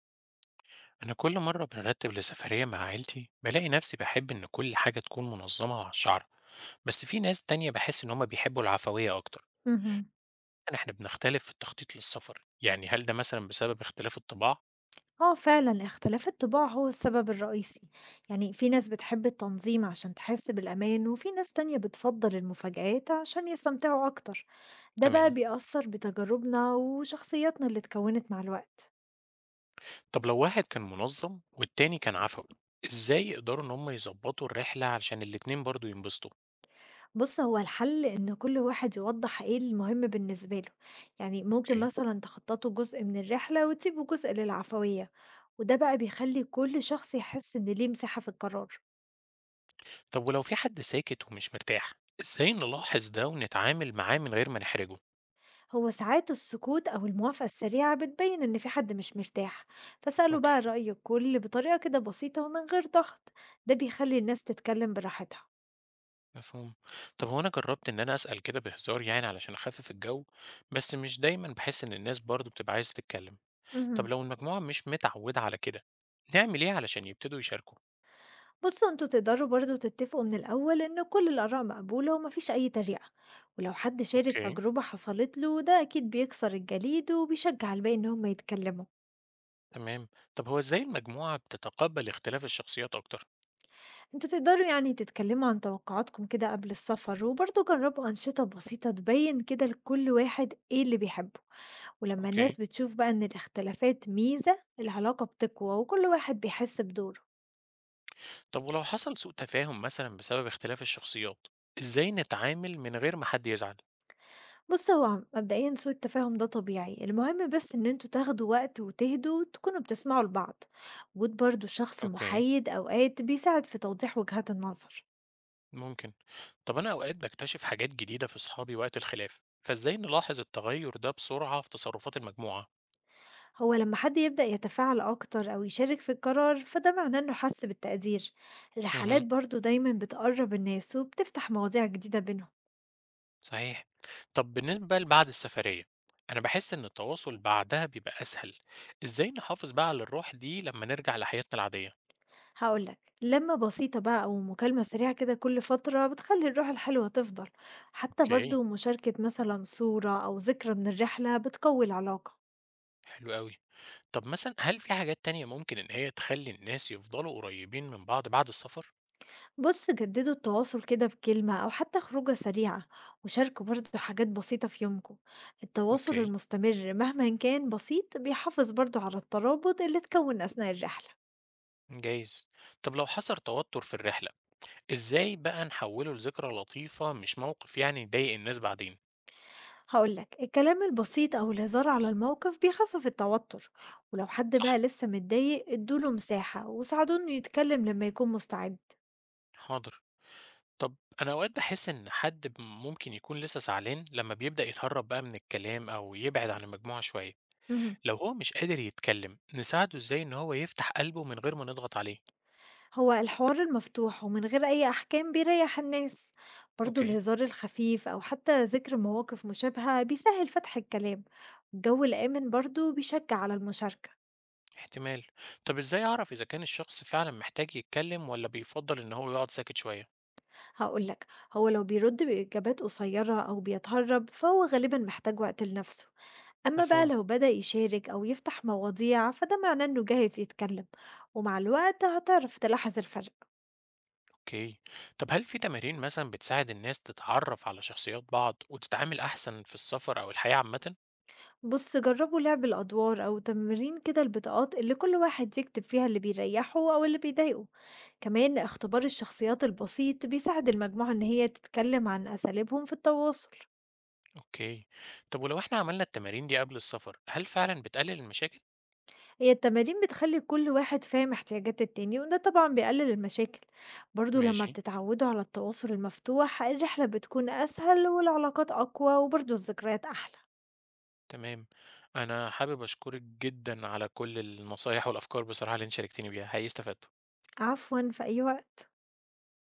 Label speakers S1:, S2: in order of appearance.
S1: أنا كل مرة بنرتب لسفرية مع عيلتي بلاقي نفسي بحب إن كل حاجة تكون منظمة وعلى الشعر، بس في ناس تانية بحس إن هما بيحبوا العفوية أكتر.
S2: اهم.
S1: يعني إحنا بنختلف في التخطيط للسفر، يعني هل ده مثلا بسبب اختلاف الطباع؟
S2: آه فعلًا اختلاف الطباع هو السبب الرئيسي، يعني في ناس بتحب التنظيم عشان تحس بالأمان وفي ناس تانية بتفضّل المفاجآت عشان يستمتعوا أكتر، ده بقى
S1: تمام.
S2: بيأثّر بتجاربنا وشخصياتنا اللي اتكوّنت مع الوقت.
S1: طب لو واحد كان منظم والتاني كان عفوي، إزاي يقدروا إن هما يظبطوا الرحلة علشان الاتنين برضو ينبسطوا؟
S2: بُص هو الحل إن كل واحد يوضّح إيه المهم بالنسبة له، يعني ممكن
S1: أوكي.
S2: مثلًا تخطّطوا جزء من الرحلة وتسيبوا جزء للعفوية، وده بقى بيخلّي كل شخص يحس إن ليه مساحة في القرار.
S1: طب ولو في حد ساكت ومش مرتاح، إزاي نلاحظ ده ونتعامل معاه من غير ما نحرجه؟
S2: هو ساعات السكوت أو الموافقة السريعة بتبين إن في حد مش مرتاح، فسأله
S1: أوكي.
S2: بقى رأي الكل بطريقة كده بسيطة ومن غير ضغط. ده بيخلي الناس تتكلم براحتها.
S1: مفهوم. طب هو أنا جرّبت إن أنا أسأل كده بهزار يعني علشان أخفِّف الجو، بس مش دايمًا باحس إن الناس برضه بتبقى عايزة تتكلّم. طب
S2: مهم.
S1: لو المجموعة مش متعوّدة على كده، نعمل إيه علشان يبتدوا يشاركوا؟
S2: بصوا انتوا تقدروا برضو تتفقوا من الأول إن كل الآراء مقبولة ومفيش أي تريقة، ولو حد شارك
S1: اوكي.
S2: تجربة حصلت له ده أكيد بيكسر الجليد وبيشجع الباقي إن هم يتكلموا.
S1: تمام. طب هو إزاي المجموعة بتتقبّل اختلاف الشخصيات أكتر؟
S2: انتوا تقدروا يعني تتكلموا عن توقعاتكم كده قبل السفر، وبرضو جربوا أنشطة بسيطة تبين كده لكل واحد إيه اللي بيحبه. ولما الناس
S1: اوكي.
S2: بتشوف بقى إن الاختلافات ميزة، العلاقة بتقوى وكل واحد بيحس بدوره.
S1: طب ولو حصل سوء تفاهم مثلًا بسبب اختلاف الشخصيات، إزاي نتعامل من غير ما حد يزعل؟
S2: بص هو مبدئيا سوء التفاهم ده طبيعي، المهم بس ان انتوا تاخدوا وقت وتهدوا، تكونوا بتسمعوا لبعض. وجود برضه شخص
S1: اوكي.
S2: محايد اوقات بيساعد في توضيح وجهات النظر.
S1: ممكن. طب أنا أوقات باكتشف حاجات جديدة في صحابي وقت الخلاف، فإزاي نلاحظ التغيُّر ده بسرعة في تصرُّفات المجموعة؟
S2: هو لما حد يبدأ يتفاعل اكتر او يشارك في القرار، فده معناه انه حس بالتقدير. الرحلات
S1: اهم،
S2: برضه دايما بتقرب الناس وبتفتح مواضيع جديدة بينهم.
S1: صحيح. طب بالنسبة لبعد السفرية، أنا باحس إن التواصل بعدها بيبقى أسهل، إزاي نحافظ بقى على الروح دي لما نرجع لحياتنا العادية؟
S2: هاقول لك، لمة بسيطة بقى أو مكالمة سريعة كده كل فترة بتخلي الروح الحلوة تفضل. حتى
S1: أوكي،
S2: برضو مشاركة مثلا صورة أو ذكرى من الرحلة بتقوي العلاقة.
S1: حلو أوي. طب مثلًا هل في حاجات تانية ممكن إن هي تخلّي الناس يفضلوا قريبين من بعض بعد السفر؟
S2: بص جددوا التواصل كده بكلمة أو حتى خروجة سريعة، وشاركوا برضو حاجات بسيطة في يومكم. التواصل
S1: أوكي،
S2: المستمر مهما إن كان بسيط بيحافظ برضو على الترابط اللي اتكون أثناء الرحلة.
S1: جايز. طب لو حصل توتر في الرحلة، إزاي بقى نحوّله لذكرى لطيفة مش موقف يعني يضايق الناس بعدين؟
S2: هقول لك، الكلام البسيط أو الهزار على الموقف بيخفف التوتر. ولو حد بقى
S1: صح،
S2: لسه متضايق ادوله مساحة وساعدوه إنه يتكلم لما يكون مستعد.
S1: حاضر. طب أنا أوقات باحس إن حد ممكن يكون لسه زعلان لمّا بيبدأ يتهرب بقى من الكلام أو يبعد عن المجموعة شوية،
S2: مهم.
S1: لو هو مش قادر يتكلم نساعده إزاي إن هو يفتح قلبه من غير ما نضغط عليه؟
S2: هو الحوار المفتوح ومن غير أي أحكام بيريح الناس. برضو
S1: أوكي،
S2: الهزار الخفيف أو حتى ذكر مواقف مشابهة بيسهل فتح الكلام. الجو الآمن برضو بيشجع على المشاركة.
S1: احتمال. طب إزاي أعرف إذا كان الشخص فعلًا محتاج يتكلم والّا بيفضّل إن هو يقعد ساكت شوية؟
S2: هقول لك، هو لو بيرد بإجابات قصيرة أو بيتهرب فهو غالبا محتاج وقت لنفسه. أما بقى
S1: مفهوم،
S2: لو بدأ يشارك أو يفتح مواضيع فده معناه إنه جاهز يتكلم. ومع الوقت هتعرف تلاحظ الفرق.
S1: أوكي. طب هل في تمارين مثلًا بتساعد الناس تتعرف على شخصيات بعض وتتعامل أحسن في السفر أو الحياة عامةً؟
S2: بص جربوا لعب الأدوار أو تمرين كده البطاقات اللي كل واحد يكتب فيها اللي بيريحه أو اللي بيضايقه. كمان اختبار الشخصيات البسيط بيساعد المجموعة إن هي تتكلم عن أساليبهم في التواصل.
S1: أوكي. طب ولو إحنا عملنا التمارين دي قبل السفر، هل فعلًا بتقلل المشاكل؟
S2: هي التمارين بتخلي كل واحد فاهم احتياجات التاني وده طبعا بيقلل المشاكل. برضو لما
S1: ماشي.
S2: بتتعودوا على التواصل المفتوح الرحلة بتكون أسهل والعلاقات أقوى وبرضو الذكريات أحلى.
S1: تمام. أنا حابب أشكرِك جدًا على كل النصايح والأفكار بصراحة اللي أنتِ شاركتيني بيها، حقيقي استفدت.
S2: عفوا، في أي وقت.